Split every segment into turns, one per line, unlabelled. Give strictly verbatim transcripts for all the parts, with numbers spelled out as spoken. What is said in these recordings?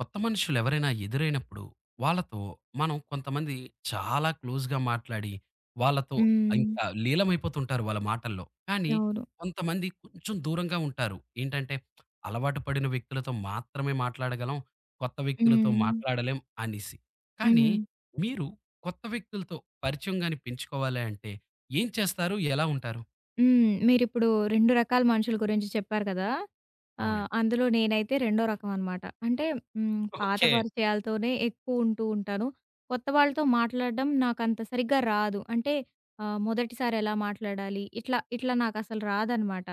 కొత్త మనుషులు ఎవరైనా ఎదురైనప్పుడు వాళ్ళతో మనం కొంతమంది చాలా క్లోజ్‌గా మాట్లాడి, వాళ్ళతో
హ్మ్.
ఇంకా లీలమైపోతుంటారు వాళ్ళ మాటల్లో. కానీ
అవును.
కొంతమంది కొంచెం దూరంగా ఉంటారు. ఏంటంటే అలవాటు పడిన వ్యక్తులతో మాత్రమే మాట్లాడగలం. కొత్త వ్యక్తులతో
హ్మ్.
మాట్లాడలేం అనేసి. కానీ
హ్మ్.
మీరు కొత్త వ్యక్తులతో పరిచయం గాని పెంచుకోవాలి అంటే ఏం చేస్తారు? ఎలా ఉంటారు?
హ్మ్. మీరిప్పుడు రెండు రకాల మనుషుల గురించి చెప్పారు కదా! ఆహ్,
అవునండి.
అందులో నేనైతే రెండో రకం అనమాట. అంటే హ్మ్, పాత
ఓకే.
పరిచయాలతోనే ఎక్కువ ఉంటూ ఉంటాను. కొత్త వాళ్ళతో మాట్లాడడం నాకంత సరిగ్గా రాదు. అంటే ఆహ్, మొదటిసారి ఎలా మాట్లాడాలి? ఇట్లా, ఇట్లా నాకసలు రాదనమాట.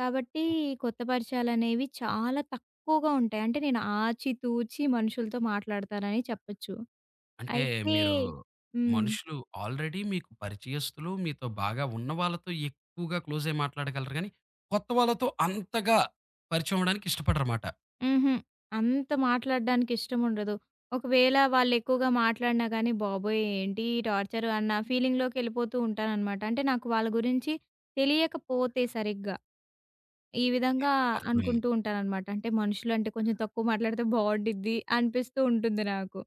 కాబట్టి కొత్త పరిచయాలనేవి చాలా తక్కువగా ఉంటాయి. అంటే నేను ఆచితూచి మనుషులతో మాట్లాడతానని చెప్పొచ్చు.
అంటే
అయితే
మీరు
హ్మ్.
మనుషులు ఆల్రెడీ మీకు పరిచయస్తులు, మీతో బాగా ఉన్న వాళ్ళతో ఎక్కువగా క్లోజ్ అయ్యి మాట్లాడగలరు గానీ, కొత్త వాళ్ళతో అంతగా పరిచయం అవ్వడానికి ఇష్టపడరమాట.
హుహు. అంత మాట్లాడడానికి ఇష్టముండదు. ఒకవేళ వాళ్ళెక్కువగా మాట్లాడినా గానీ, బాబోయ్! ఏంటి ఈ టార్చర్ అన్న ఫీలింగ్‌లోకెళ్ళిపోతూ ఉంటాననమాట. అంటే నాకు వాళ్ళ గురించి తెలియకపోతే సరిగ్గా, ఈ విధంగా
అర్థమైంది.
అనుకుంటూ ఉంటాననమాట. అంటే మనుషులంటే కొంచెం తక్కువ మాట్లాడితే బావుండిద్ది అనిపిస్తూ ఉంటుంది నాకు.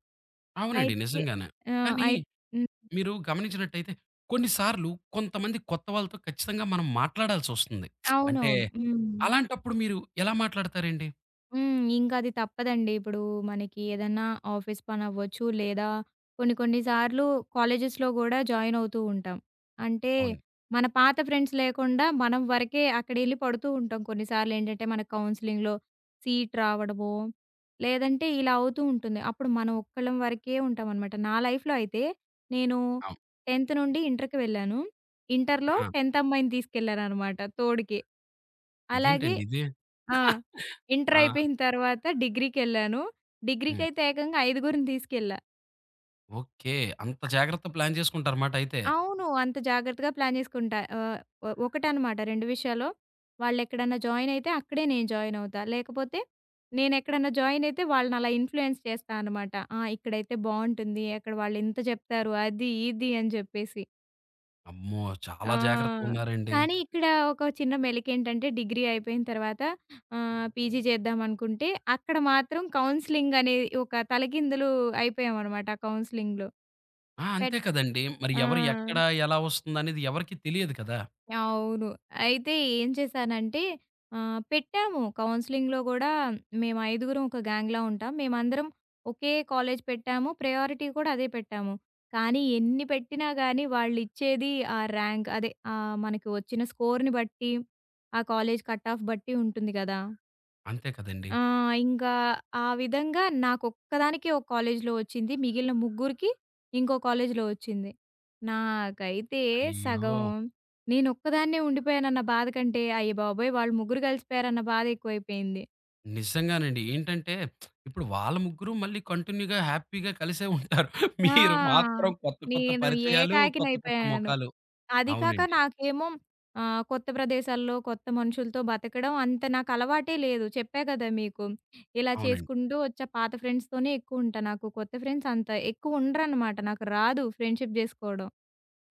అవునండి.
అయితే
నిజంగానే.
ఆ!
కానీ
అయి హ్మ్.
మీరు గమనించినట్టయితే కొన్ని సార్లు కొంతమంది కొత్త వాళ్ళతో ఖచ్చితంగా మనం మాట్లాడాల్సొస్తుంది. అంటే
అవునవును. హ్మ్.
అలాంటప్పుడు మీరు ఎలా మాట్లాడతారండి?
హ్మ్. ఇంకది తప్పదండి. ఇప్పుడు మనకి ఏదన్నా ఆఫీస్ పనవ్వచ్చు, లేదా కొన్ని కొన్ని సార్లు కాలేజెస్‌లో గూడా జాయిన్ అవుతూ ఉంటాం. అంటే
అవును.
మన పాత ఫ్రెండ్స్ లేకుండా మనం వరకే అక్కడెళ్లి పడుతూ ఉంటాం. కొన్నిసార్లేంటంటే మన కౌన్సెలింగ్‌లో సీట్ రావడమో, లేదంటే ఇలా అవుతూ ఉంటుంది. అప్పుడు మనం ఒక్కళ్ళం వరకే ఉంటామనమాట. నా లైఫ్‌లో అయితే నేను
అవును.
10థ్ నుండి ఇంటర్‌కి వెళ్ళాను. ఇంటర్‌లో
ఆ!
10థ్ అమ్మాయిని తీసుకెళ్లారనమాట తోడుకి. అలాగే
ఇదేంటండి ఇది?
ఆ! ఇంటర్
ఆ!
అయిపోయిన తర్వాత డిగ్రీకెళ్ళాను.
హ్మ్.
డిగ్రీకైతే ఏకంగా ఐదుగురిని తీసుకెళ్ళా.
ఓకే. అంత జాగ్రత్త ప్లాన్ చేసుకుంటారుమాట అయితే.
అవును. అంత జాగ్రత్తగా ప్లాన్ చేసుకుంటా. ఆహ్, ఒ ఒకటనమాట రెండు విషయాలు. వాళ్ళెక్కడన్నా జాయిన్ అయితే అక్కడే నేను జాయిన్ అవుతా. లేకపోతే నేనెక్కడన్నా జాయిన్ అయితే వాళ్ళని అలా ఇన్‌ఫ్లూయెన్స్ చేస్తా అనమాట. ఆ! ఇక్కడైతే బావుంటుంది. అక్కడ వాళ్ళు ఇంత చెప్తారు. అది, ఇది అని చెప్పేసి.
అమ్మో! చాలా
ఆ!
జాగ్రత్తగున్నారండి.
కానీ ఇక్కడ ఒక చిన్న మెలికేంటంటే డిగ్రీ అయిపోయిన తర్వాత ఆహ్, పీజీ చేద్దామనుకుంటే అక్కడ మాత్రం కౌన్సెలింగ్ అనేది ఒక తలకిందులు అయిపోయామనమాట ఆ కౌన్సెలింగ్‌లో.
ఆ! అంతే
పెట్
కదండీ. మరి
ఆ!
ఎవరు ఎక్కడ, ఎలా వస్తుందనేది ఎవరికీ తెలియదు కదా!
అవును. అయితే ఏం చేశానంటే ఆహ్, పెట్టాము కౌన్సెలింగ్‌లో గూడా మేము ఐదుగురం ఒక గ్యాంగ్‌లా ఉంటాం. మేమందరం ఒకే కాలేజ్ పెట్టాము. ప్రయారిటీ కూడా అదే పెట్టాము. కానీ ఎన్ని పెట్టినా గానీ వాళ్ళిచ్చేది ఆ ర్యాంక్ అదే ఆహ్, మనకి వచ్చిన స్కోర్‌ని బట్టి, ఆ కాలేజ్ కట్ ఆఫ్ బట్టి ఉంటుంది గదా!
అంతే కదండీ.
ఆ! ఇంకా ఆ విధంగా నాకొక్కదానికే ఒక కాలేజీలో వచ్చింది. మిగిలిన ముగ్గురికి ఇంకో కాలేజీలో వచ్చింది. నాకైతే
అయ్యో!
సగం నేనొక్కదాన్నే ఉండిపోయానన్న బాధ కంటే, అయ్యబాబోయ్! వాళ్ళు ముగ్గురు కలిసిపోయారన్న బాధ ఎక్కువైపోయింది.
నిజంగానండి. ఏంటంటే ఇప్పుడు వాళ్ళ ముగ్గురు మళ్ళీ కంటిన్యూ‌గా హ్యాపీగా కలిసే ఉంటారు. మీరు
ఆ!
మాత్రం కొత్త కొత్త
నేను
పరిచయాలు, కొత్త కొత్త
ఏకాకినైపోయాను.
మొఖాలు.
అది కాక
అవునండి.
నాకేమో ఆహ్, కొత్త ప్రదేశాల్లో, కొత్త మనుషులతో బతకడం అంత నాకు అలవాటే లేదు. చెప్పా కదా మీకు. ఇలా
అవునండి.
చేసుకుంటూ వచ్చా. పాత ఫ్రెండ్స్‌తోనే ఎక్కువుంటా. నాకు కొత్త ఫ్రెండ్స్ అంత ఎక్కువ ఉండరనమాట. నాకు రాదు ఫ్రెండ్‌షిప్ జేసుకోవడం.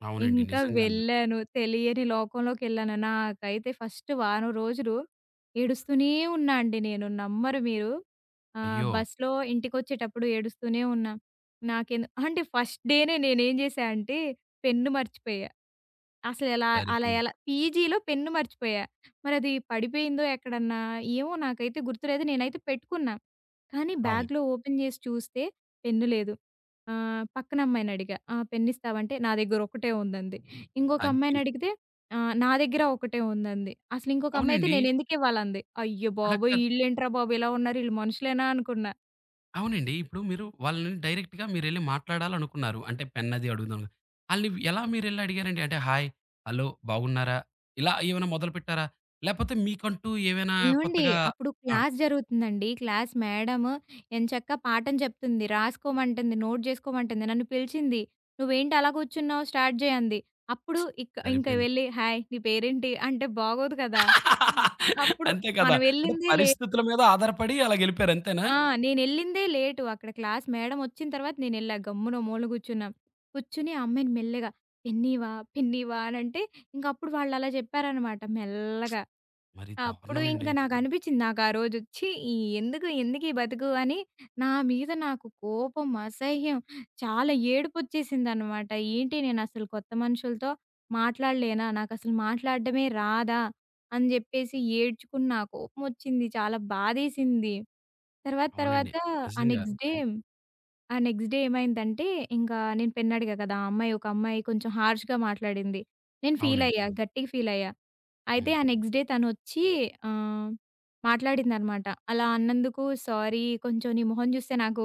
అవునండి.
ఇంకా
నిజంగానే.
వెళ్ళాను. తెలియని లోకంలోకెళ్ళాను. నాకైతే ఫస్ట్ వారం రోజులు ఏడుస్తూనే ఉన్నా అండి నేను. నమ్మరు మీరు. ఆహ్,
అయ్యో!
బస్‌లో ఇంటికొచ్చేటప్పుడు ఏడుస్తూనే ఉన్నా. నాకేందో అంటే ఫస్ట్ డేనే నేనేం చేశా అంటే పెన్ను మర్చిపోయా. అసలెలా అలా
సరిపోయింది.
ఎలా పీజీలో పెన్ను మర్చిపోయా. మరది పడిపోయిందో ఎక్కడన్నా? ఏమో నాకైతే గుర్తులేదు. నేనైతే పెట్టుకున్నా. కానీ
అవును.
బ్యాగ్‌లో ఓపెన్ జేసి చూస్తే పెన్ను లేదు. ఆహ్, పక్కన అమ్మాయినడిగా, "ఆ! పెన్నిస్తావంటే" నా దగ్గర ఒకటే ఉందంది. ఇంకొక
అది.
అమ్మాయినడిగితే ఆహ్, "నా దగ్గర ఒకటే ఉందంది." అసలు ఇంకొక అమ్మాయి అయితే
అవునండి.
"నేనెందుకివ్వాలంది." అయ్య
అలా
బాబోయ్!
కాదు
ఈళ్ళేంట్రా బాబు ఇలా ఉన్నారు, ఈళ్ళు మనుషులేనా అనుకున్న.
అవునండి. ఇప్పుడు మీరు వాళ్ళని డైరెక్ట్‌గా మీరెళ్లి మాట్లాడాలనుకున్నారు. అంటే పెన్ అది అడుగుదాం. ఆళ్ళని ఎలా మీరెళ్లి అడిగారండి? అంటే హాయ్, హలో, బాగున్నారా? ఇలా ఏమైనా మొదలుపెట్టారా? లేపోతే మీకంటూ ఏవైనా
ఏవండీ!
కొత్తగా
అప్పుడు
ఆ!
క్లాస్ జరుగుతుందండి. క్లాస్ మేడము ఎంచక్కా పాఠం చెప్తుంది. రాసుకోమంటుంది. నోట్ జేసుకోమంటుంది. నన్ను పిలిచింది. "నువ్వేంటి అలా కూర్చున్నావు? స్టార్ట్ జేయి" అంది. అప్పుడు ఇక ఇంక
సరిపోయింది.
వెళ్ళి "హాయ్! నీ పేరేంటి?" అంటే బాగోదు కదా! హ్మ్. అప్పుడు
అంతే కదా!
మనం
అంటే
ఎళ్ళిందే లే
పరిస్థితుల మీద ఆధారపడి అలాగెళ్ళిపోయారు అంతేనా?
ఆ! నేనెళ్ళిందే లేటు. అక్కడ క్లాస్ మేడం వచ్చిన తర్వాత నేనెళ్ళా. గమ్మున ఓ మూల కూర్చున్నాం. కూర్చొని ఆ అమ్మాయిని మెల్లగా "పెన్నీవా? పెన్నీవా?" అనంటే ఇంకప్పుడు వాళ్ళలా చెప్పారనమాట మెల్లగా.
మరి
అప్పుడు ఇంక
దారుణమండి.
నాకనిపిచ్చింది. నాకు ఆ రోజొచ్చి ఈ ఎందుకు ఎందుకు ఈ బతుకు అని నా మీద నాకు కోపం, అసహ్యం చాలా ఏడుపొచ్చేసిందనమాట. ఏంటి నేనసలు కొత్త మనుషులతో మాట్లాడలేనా? నాకసలు మాట్లాడడమే రాదా? అని జెప్పేసి ఏడ్చుకున్నా. కోపమొచ్చింది. చాలా బాధేసింది. తర్వాత
అవునండి.
తర్వాత ఆ
నిజంగా.
నెక్స్ట్ డే
హ్మ్.
ఆ! నెక్స్ట్ డే ఏమైందంటే, ఇంకా నేను పెన్ అడిగా కదా! ఆ అమ్మాయి ఒక అమ్మాయి కొంచెం హార్ష్‌గా మాట్లాడింది. నేను
అవునండి.
ఫీలయ్యా. హ్మ్. గట్టిగా ఫీలయ్యా. అయితే
హ్మ్.
ఆ నెక్స్ట్ డే తనొచ్చి ఆహ్, మాట్లాడిందనమాట. "అలా అన్నందుకు సారీ. కొంచెం నీ మొహం చూస్తే నాకు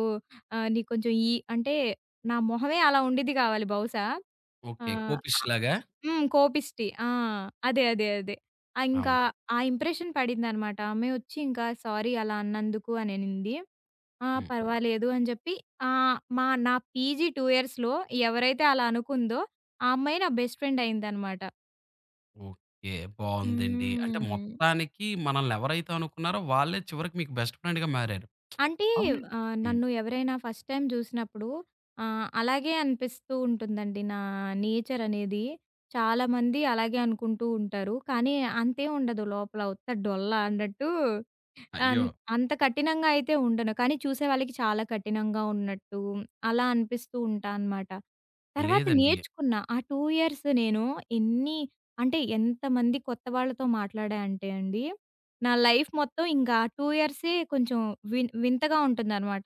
ఆహ్, నీకు కొంచెం ఈ" అంటే నా మొహమే అలా ఉండిద్ది కావాలి బహుశా.
ఓకే.
ఆహ్, అ
కోపిష్‌లాగా.
హ్మ్. కోపిష్టి. ఆ! అదే. అదే. అదే. ఆహ్, ఇంకా
అవును.
ఆ ఇంప్రెషన్ పడిందనమాట. ఆ అమ్మాయి వచ్చి ఇంకా "సారీ అలా అన్నందుకు" అననింది. ఆ!
హ్మ్.
పర్వాలేదు అని జెప్పి ఆహ్, మా నా పీజీ రెండు ఇయర్స్‌లో ఎవరైతే అలా అనుకుందో, ఆ అమ్మాయి నా బెస్ట్ ఫ్రెండ్ అయిందనమాట.
ఓకే. బావుందండి. అంటే
హ్మ్.
మొత్తానికి మనల్ని ఎవరైతే అనుకున్నారో వాళ్ళే చివరికి మీకు బెస్ట్ ఫ్రెండ్‌గా మారారు.
అంటే
అవునండి.
ఆహ్,
హ్మ్.
నన్ను ఎవరైనా ఫస్ట్ టైమ్ జూసినప్పుడు ఆహ్, అలాగే అనిపిస్తూ ఉంటుందండి. నా నేచర్ అనేది. చాలామంది అలాగే అనుకుంటూ ఉంటారు. కానీ అంతేం ఉండదు లోపల ఉత్త డొల్ల అన్నట్టు
అయ్యో!
అన్ అంత కఠినంగా అయితే ఉండను. కానీ చూసే వాళ్ళకి చాలా కఠినంగా ఉన్నట్టు అలా అనిపిస్తూ ఉంటా అనమాట. తర్వాత
లేదండి.
నేర్చుకున్నా. ఆ రెండు ఇయర్స్ నేను ఎన్ని అంటే ఎంతమంది కొత్త వాళ్ళతో మాట్లాడా అంటే అండి నా లైఫ్ మొత్తం ఇంక ఆ రెండు ఇయర్సే కొంచెం విన్ వింతగా ఉంటుందనమాట.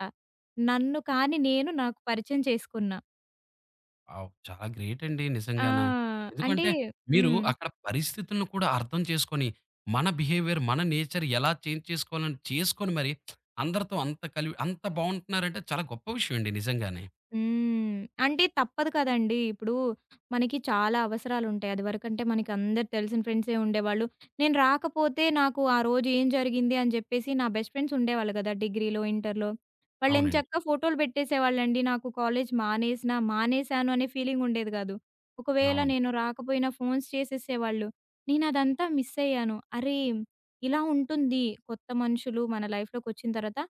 నన్ను కాని నేను నాకు పరిచయం చేసుకున్నా.
అవ్ చాలా గ్రేట్ అండి
ఆ!
నిజంగాన.
అంటే
ఎందుకంటే మీరు
హ్మ్.
అక్కడ పరిస్థితులను కూడా అర్థం చేసుకొని, మన బిహేవియర్, మన నేచర్ ఎలా చేంజ్ చేసుకోవాలని చేసుకొని మరి అందరితో అంత కలివి అంత బావుంటున్నారంటే చాలా గొప్ప విషయం అండి నిజంగానే.
హ్మ్. అంటే తప్పదు కదండీ! ఇప్పుడు మనకి చాలా అవసరాలుంటాయి. అదివరకంటే మనకి అందరు తెలిసిన ఫ్రెండ్సే ఉండేవాళ్ళు. నేను రాకపోతే నాకు ఆ రోజు ఏం జరిగింది అని చెప్పేసి నా బెస్ట్ ఫ్రెండ్స్ ఉండేవాళ్ళు కదా! డిగ్రీలో, ఇంటర్‌లో.
అవునండి.
వాళ్ళెంచక్కా ఫోటోలు పెట్టేసేవాళ్ళండి. నాకు కాలేజ్ మానేసినా, మానేశాను అనే ఫీలింగ్ ఉండేది కాదు. ఒకవేళ
అవును.
నేను రాకపోయినా ఫోన్స్ చేసేసేవాళ్ళు. నేనదంతా మిస్ అయ్యాను. అరే! ఇలా ఉంటుంది కొత్త మనుషులు మన లైఫ్‌లోకొచ్చిన తర్వాత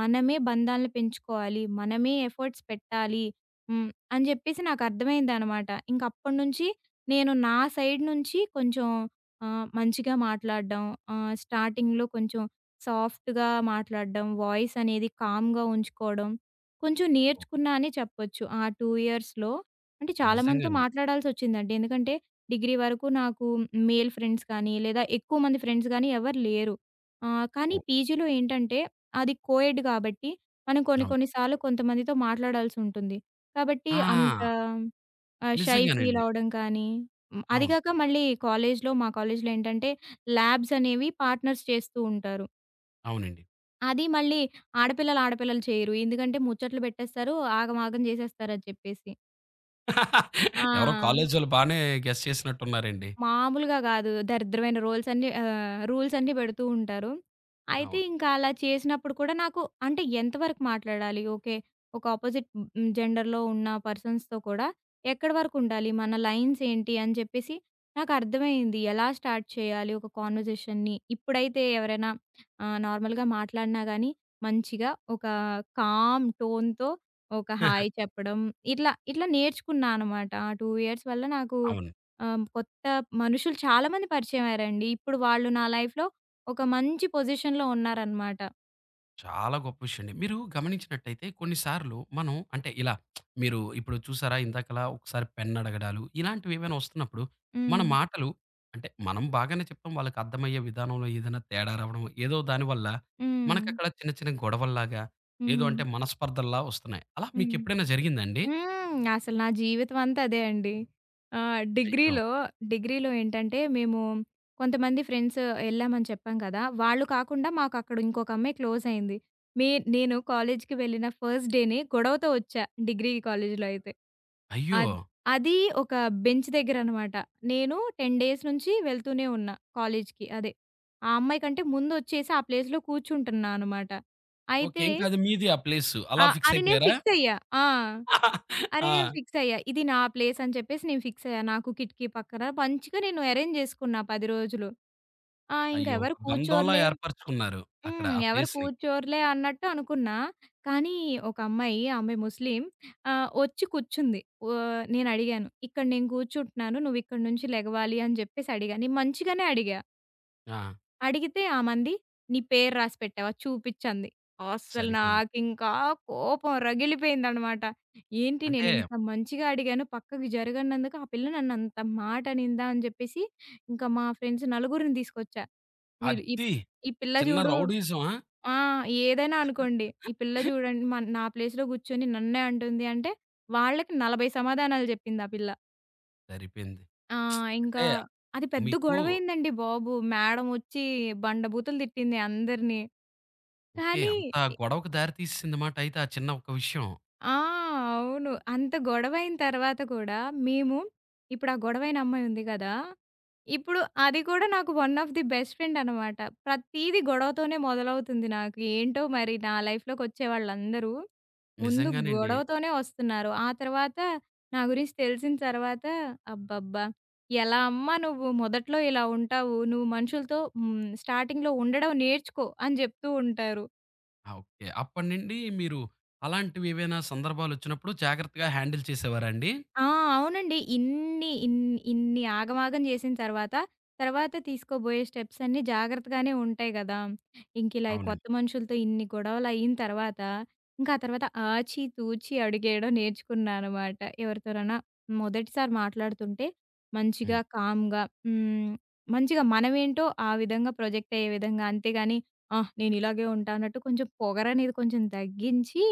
మనమే బంధాలను పెంచుకోవాలి. మనమే ఎఫర్ట్స్ పెట్టాలి. హ్మ్. అని జెప్పేసి నాకర్థమైందనమాట. ఇంకప్పటినుంచి నేను నా సైడ్ నుంచి కొంచెం ఆహ్, మంచిగా మాట్లాడడం, ఆహ్, స్టార్టింగ్‌లో కొంచెం సాఫ్ట్‌గా మాట్లాడడం, వాయిస్ అనేది కామ్‌గా ఉంచుకోవడం కొంచెం
ఓహ్!
నేర్చుకున్నా అనే చెప్పొచ్చు. ఆ రెండు ఇయర్స్‌లో అంటే చాలా మందితో
నిజంగానే.
మాట్లాడాల్సొచ్చిందండి. ఎందుకంటే డిగ్రీ వరకు నాకు మేల్ ఫ్రెండ్స్ కానీ, లేదా ఎక్కువ మంది ఫ్రెండ్స్ గానీ ఎవరు లేరు. ఆహ్, కానీ
ఓహ్!
పీజీలో ఏంటంటే అది కోఎడ్ కాబట్టి, మనం కొన్ని
అవును.
కొన్ని సార్లు కొంతమందితో మాట్లాడాల్సుంటుంది. కాబట్టి అంత
ఆ!
ఆహ్, షై ఫీల్
నిజంగానండి.
అవ్వడం కానీ, హ్మ్. అది
అవును.
కాక మళ్ళీ కాలేజ్‌లో మా కాలేజ్‌లో ఏంటంటే ల్యాబ్స్ అనేవి పార్ట్నర్స్ చేస్తూ ఉంటారు.
అవునండి.
అది మళ్ళీ ఆడపిల్లలు, ఆడపిల్లలు చేయరు. ఎందుకంటే ముచ్చట్లు పెట్టేస్తారు. ఆగమాగం చేసేస్తారని చెప్పేసి. ఆ!
ఎవరో కాలేజీ వాళ్ళు బానే గెస్ చేసినట్టున్నారండి.
మామూలుగా గాదు. దరిద్రమైన రోల్స్ అన్నీ ఆహ్, రూల్స్ అన్నీ పెడుతూ ఉంటారు. అయితే
అవును.
ఇంకా అలా చేసినప్పుడు కూడా నాకు అంటే ఎంతవరకు మాట్లాడాలి? ఓకే. ఒక అపోజిట్ హ్మ్, జెండర్‌లో ఉన్న పర్సన్స్‌తో కూడా ఎక్కడి వరకు ఉండాలి? మన లైన్స్ ఏంటి? అని చెప్పేసి నాకు అర్థమైంది. ఎలా స్టార్ట్ చేయాలి ఒక కాన్వర్జేషన్‌ని? ఇప్పుడైతే ఎవరైనా ఆహ్, నార్మల్‌గా మాట్లాడినా గానీ మంచిగా ఒక కామ్ టోన్‌తో ఒక హాయ్ చెప్పడం. ఇట్లా, ఇట్లా నేర్చుకున్నా అనమాట. ఆ రెండు ఇయర్స్ వల్ల నాకు
అవును.
ఆహ్, కొత్త ఆహ్, మనుషులు చాలామంది పరిచయమయ్యారండి. ఇప్పుడు వాళ్ళు నా లైఫ్‌లో ఒక మంచి పొజిషన్‌లో ఉన్నారనమాట.
చాలా గొప్ప విషయం అండి. మీరు గమనించినట్టయితే కొన్ని సార్లు మనం అంటే ఇలా మీరు ఇప్పుడు చూసారా ఇందాకలా ఒకసారి పెన్ అడగడాలు ఇలాంటివేవైనా వస్తున్నప్పుడు మన
హ్మ్.
మాటలు అంటే మనం బాగానే చెప్తాం. వాళ్ళకి అర్థమయ్యే విధానంలో ఏదైనా తేడా రావడం ఏదో దానివల్ల
హ్మ్.
మనకక్కడ చిన్న చిన్న గొడవల్లాగా ఏదో
హ్మ్.
అంటే మనస్పర్ధల్లా వస్తున్నాయి. అలా
హ్మ్.
మీకెప్పుడైనా జరిగిందా అండి?
హ్మ్. అసలు నా జీవితం అంతా అదే అండి. ఆహ్,
అయ్యో!
డిగ్రీలో, డిగ్రీలో ఏంటంటే మేము కొంతమంది ఫ్రెండ్స్ ఎళ్ళామని చెప్పాం కదా! వాళ్ళు కాకుండా మాకక్కడ ఇంకొక అమ్మాయి క్లోజ్ అయింది. మే నేను కాలేజ్‌కి వెళ్ళిన ఫస్ట్ డేనే గొడవతో వచ్చా డిగ్రీ కాలేజ్‌లో అయితే.
అయ్యో!
అద్ అది ఒక బెంచ్ దగ్గరనమాట. నేను పది డేస్ నుంచి వెళ్తూనే ఉన్నా కాలేజ్‌కి. అదే. ఆ అమ్మాయి కంటే ముందు వచ్చేసి ఆ ప్లేస్‌లో కూర్చుంటున్నా అనమాట.
ఓకే.
అయితే
ఇంక అది మీది ఆ ప్లేసు.
ఆ!
అలా ఫిక్స్
అని నేను
అయిపోయారా?
ఫిక్స్ అయ్యా. ఆ! అరే! నేను
ఆ!
ఫిక్స్ అయ్యా. ఇది నా ప్లేస్ అని చెప్పేసి నేను ఫిక్స్ అయ్యా. నాకు కిటికీ పక్కన మంచిగా నేను అరేంజ్ చేసుకున్నా పది రోజులు. ఆ! ఇంక
అయ్యో!
ఎవరు
ఒక బంధంలా
కూర్చోరులే
ఏర్పరచుకున్నారు అక్కడ
హ్మ్.
ఆ
ఎవరు
ప్లేస్‌ని.
కూర్చోరులే అన్నట్టు అనుకున్నా. కానీ ఒక అమ్మాయి ఆమె ముస్లిం ఆహ్, వచ్చి కూర్చుంది. ఆహ్, నేను అడిగాను. "ఇక్కడ నేను కూర్చుంటున్నాను. నువ్వు ఇక్కడి నుంచి లెగవాలి" అని చెప్పేసి అడిగా. నేను మంచిగానే అడిగా.
ఆ!
అడిగితే ఆమంది, "నీ పేరు రాసి పెట్టావా? చూపిచ్చంది." అస్సలు
సరిపోయింది.
నాకింకా కోపం రగిలిపోయిందనమాట. ఏంటి
అంటే
నేనింత మంచిగా అడిగాను, పక్కకి జరగనందుకు ఆ పిల్ల నన్నంత మాట అనిందా అని జెప్పేసి, ఇంకా మా ఫ్రెండ్స్ నలుగురిని తీసుకొచ్చా. వీళ్ళు ఈ
అద్ది
ఈ పిల్ల
చిన్న
జూడు
రౌడీయిజమా?
ఆ! ఏదైనా అనుకోండి. ఈ పిల్ల జూడండి మన్ నా ప్లేస్‌లో గూర్చొని నన్నే అంటుంది అంటే, వాళ్ళకి నలభై సమాధానాలు జెప్పింది ఆ పిల్ల.
సరిపోయింది.
ఆ! ఇంకా
అంటే
అది పెద్ద
మీకు
గొడవయిందండి బాబు. మేడమొచ్చి బండబూతులు తిట్టింది అందరిని.
ఓకే.
కానీ
అంత
ఇ
గొడవకు దారి తీసేసిందన్నమాట అయితే ఆ చిన్న ఒక విషయం.
ఆ! అవును. అంత గొడవైన తర్వాత కూడా మేము ఇప్పుడు ఆ గొడవైన అమ్మాయి ఉంది గదా! ఇప్పుడు అది కూడా నాకు one of the best friend అనమాట. ప్రతీది గొడవతోనే మొదలవుతుంది నాకు. ఏంటో మరి నా లైఫ్‌లోకొచ్చే వాళ్ళందరూ ముందు
నిజంగానండి.
గొడవతోనే వస్తున్నారు. ఆ తర్వాత నా గురించి తెలిసిన తర్వాత అబ్బబ్బా! ఎలా అమ్మా నువ్వు మొదట్లో ఇలా ఉంటావు. నువ్వు మనుషులతో హ్మ్. స్టార్టింగ్‌లో ఉండడం నేర్చుకో అని జెప్తూ ఉంటారు.
ఆ! ఓకే. అప్పటినుండి మీరు అలాంటివి ఏవైనా సందర్భాలొచ్చినప్పుడు జాగ్రత్తగా హ్యాండిల్ చేసేవారా అండి?
ఆ! అవునండి. ఇన్ని ఇన్ ఇన్ని ఆగమాగం చేసిన తర్వాత, తర్వాత తీసుకోబోయే స్టెప్స్ అన్నీ జాగ్రత్తగానే ఉంటాయి గదా! ఇంకిలా ఈ
అవునండి.
కొత్త మనుషులతో ఇన్ని గొడవలయిన తర్వాత, ఇంకా ఆ తర్వాత ఆచి తూచి అడుగేయడం నేర్చుకున్నాననమాట. ఎవరితోనైనా మొదటిసారి మాట్లాడుతుంటే మంచిగా
హ్మ్.
కామ్‌గా హ్మ్. మంచిగా మనమేంటో ఆ విధంగా ప్రొజెక్ట్ అయ్యే విధంగా అంతేగాని, ఆ! నేనిలాగే ఉంటా అన్నట్టు కొంచెం పొగరనేది కొంచెం తగ్గించి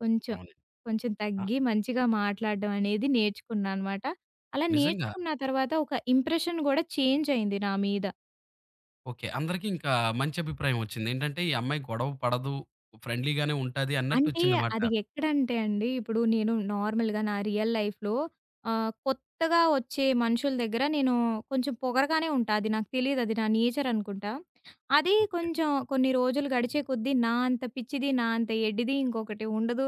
కొంచెం
అవునండి.
కొంచెం
ఆ!
తగ్గి మంచిగా మాట్లాడడం అనేది నేర్చుకున్నా అనమాట. అలా
నిజంగా
నేర్చుకున్న తర్వాత ఒక ఇంప్రెషన్ గూడా చేంజ్ అయింది నా మీద.
ఓకే. అందరికీ ఇంకా మంచి అభిప్రాయం వచ్చింది. ఏంటంటే ఈ అమ్మాయి గొడవ పడదు, ఫ్రెండ్లీగానే ఉంటాది
అంటే
అన్నట్టొచ్చిందన్నమాట.
అది ఎక్కడంటే అండి, ఇప్పుడు నేను నార్మల్‌గా నా రియల్ లైఫ్‌లో ఆహ్, కొత్తగా వచ్చే మనుషుల దగ్గర నేను కొంచెం పొగరుగానే ఉంటా. అది నాకు తెలీదు. అది నా నేచర్ అనుకుంటా. అది
ఓకే.
కొంచెం కొన్ని రోజులు గడిచే కొద్దీ నా అంత పిచ్చిది, నా అంత ఎడ్డిది ఇంకొకటి ఉండదు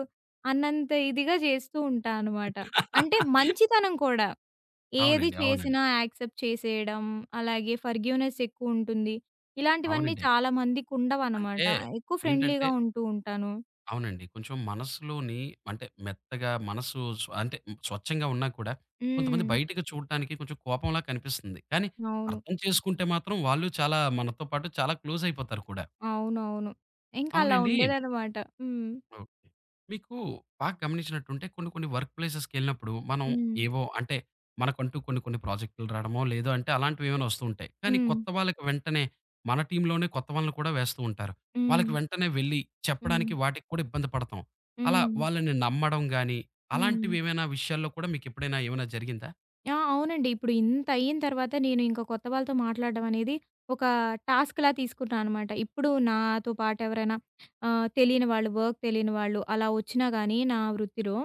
అన్నంత ఇదిగా చేస్తూ ఉంటా అనమాట. అంటే మంచితనం కూడా. ఏది
అవునండి. అవునండి.
చేసినా యాక్సెప్ట్ చేసేయడం, అలాగే ఫర్‌గివ్‌నెస్ ఎక్కువుంటుంది. ఇలాంటివన్నీ
అవునండి.
చాలా మందికుండవనమాట.
అంటే
ఎక్కువ
ఏంటంటే
ఫ్రెండ్లీగా ఉంటూ ఉంటాను.
అవునండి. కొంచెం మనసులోని అంటే మెత్తగా మనసు స్వ అంటే స్వచ్ఛంగా ఉన్నా కూడా కొంతమంది
హ్మ్.
బయటకి చూడటానికి కొంచెం కోపంలా కనిపిస్తుంది. కానీ
అవును.
అర్థం చేసుకుంటే మాత్రం వాళ్ళు చాలా మనతో పాటు చాలా క్లోజ్ అయిపోతారు కూడా.
అవునవును. ఇంకా అలా
అవునండి
ఉండేదనమాట. హ్మ్.
ఓకే. మీకు బాగా గమనించినట్టుంటే కొన్ని కొన్ని వర్క్ ప్లేసెస్‌కెళ్ళినప్పుడు మనం
హ్మ్.
ఏవో అంటే మనకంటూ కొన్ని కొన్ని ప్రాజెక్టులు రాడమో, లేదో అంటే అలాంటివి ఏమైనా వస్తూ ఉంటాయి. కానీ
హ్మ్.
కొత్త వాళ్ళకి వెంటనే మన టీమ్‌లోనే కొత్త వాళ్ళని కూడా వేస్తూ ఉంటారు.
హ్మ్.
వాళ్ళకి వెంటనే వెళ్ళి
హ్మ్.
చెప్పడానికి వాటికి కూడా ఇబ్బంది పడతాం. అలా
హ్మ్.
వాళ్ళని నమ్మడం గాని,
హ్మ్.
అలాంటివి ఏమైనా విషయాల్లో కూడా మీకెప్పుడైనా ఏమైనా జరిగిందా?
ఆ! అవునండి. ఇప్పుడు ఇంత అయిన తర్వాత నేను ఇంక కొత్త వాళ్ళతో మాట్లాడడం అనేది ఒక టాస్క్‌లా తీసుకున్నా అనమాట. ఇప్పుడు నాతో పాటు ఎవరైనా ఆహ్, తెలియని వాళ్ళు, వర్క్ తెలియని వాళ్ళు అలా వచ్చినా గానీ నా వృత్తిలో,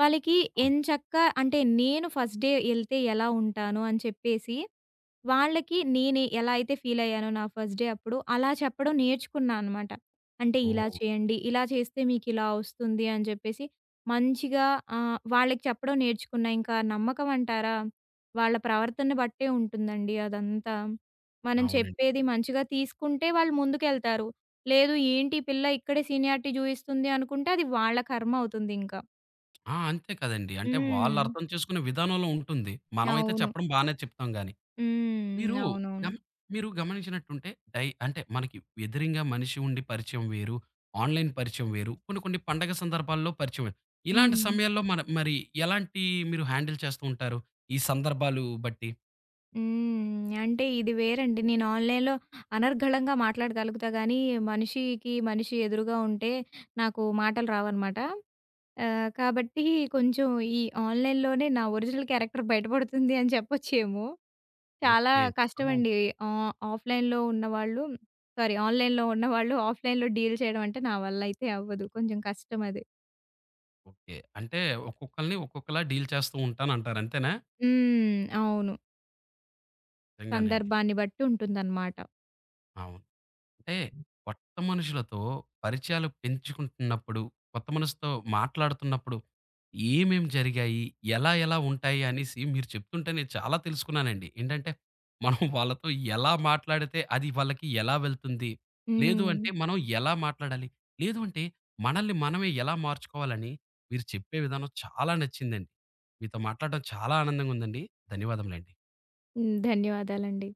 వాళ్ళకి
అవును.
ఎంచక్కా అంటే నేను ఫస్ట్ డే ఎళ్తే ఎలా ఉంటాను అని చెప్పేసి వాళ్ళకి నేనే ఎలా అయితే ఫీలయ్యానో నా ఫస్ట్ డే అప్పుడు, అలా చెప్పడం నేర్చుకున్నా అనమాట. అంటే ఇలా
ఓహ్!
చేయండి, ఇలా చేస్తే మీకిలా వస్తుంది అని చెప్పేసి మంచిగా ఆహ్, వాళ్ళకి చెప్పడం నేర్చుకున్నా. ఇంకా నమ్మకం అంటారా? వాళ్ళ ప్రవర్తన బట్టే ఉంటుందండి అదంతా. మనం
అవునండి.
చెప్పేది మంచిగా తీసుకుంటే వాళ్ళు ముందుకెళ్తారు. లేదు ఏంటి ఈ పిల్ల ఇక్కడే సీనియారిటీ చూయిస్తుంది అనుకుంటే అది వాళ్ళ కర్మ అవుతుందింకా.
ఆ! అంతే కదండీ. అంటే వాళ్ళు
హ్మ్.
అర్థం చేసుకునే విధానంలో ఉంటుంది. మనమైతే
అవును.
చెప్పడం బానే చెప్తాం గాని.
హ్మ్.
మీరు
అవునవును.
గమ మీరు గమనించినట్టుంటే డై అంటే మనకి ఎదురింగా మనిషి ఉండి పరిచయం వేరు. ఆన్‌లైన్ పరిచయం వేరు. కొన్ని కొన్ని పండగ సందర్భాల్లో పరిచయం వేరు. ఇలాంటి
హ్మ్.
సమయాల్లో మన మరి ఎలాంటి మీరు హ్యాండిల్ చేస్తూ ఉంటారు? ఈ సందర్భాలు బట్టి?
హ్మ్. అంటే ఇది వేరండి. నేను ఆన్‌లైన్‌లో అనర్గళంగా మాట్లాడగలుగుతా గానీ, మనిషికి మనిషి ఎదురుగా ఉంటే నాకు మాటలు రావనమాట. ఆహ్, కాబట్టి కొంచెం ఈ ఆన్‌లైన్‌లోనే నా ఒరిజినల్ క్యారెక్టర్ బయటపడుతుంది అని చెప్పొచ్చేమో! చాలా
ఓకే. చాలా బావుంది.
కష్టమండి. ఆహ్, ఆఫ్‌లైన్‌లో ఉన్నవాళ్ళు సారీ, ఆన్‌లైన్‌లో ఉన్నవాళ్ళు ఆఫ్‌లైన్‌లో డీల్ చేయడం అంటే నా వల్ల అయితే అవ్వదు. కొంచెం కష్టం అది.
ఓకే. అంటే ఒక్కొక్కళ్ళని ఒక్కొక్కలా డీల్ చేస్తూ ఉంటానంటారు అంతేనా?
హ్మ్. అవును.
నిజంగానండి.
సందర్భాన్ని బట్టి ఉంటుందన్నమాట.
అవును. అంటే కొత్త మనుషులతో పరిచయాలు పెంచుకుంటున్నప్పుడు, కొత్త మనసుతో మాట్లాడుతున్నప్పుడు ఏమేమి జరిగాయి? ఎలా ఎలా ఉంటాయి అనేసి మీరు చెప్తుంటే నేను చాలా తెలుసుకున్నానండి. ఏంటంటే మనం వాళ్ళతో ఎలా మాట్లాడితే అది వాళ్ళకి ఎలా వెళ్తుంది? లేదు
హ్మ్.
అంటే మనం ఎలా మాట్లాడాలి? లేదు అంటే మనల్ని మనమే ఎలా మార్చుకోవాలని మీరు చెప్పే విధానం చాలా నచ్చిందండి. మీతో మాట్లాడడం చాలా ఆనందంగా ఉందండి. ధన్యవాదములండి.
హ్మ్. ధన్యవాదాలండి.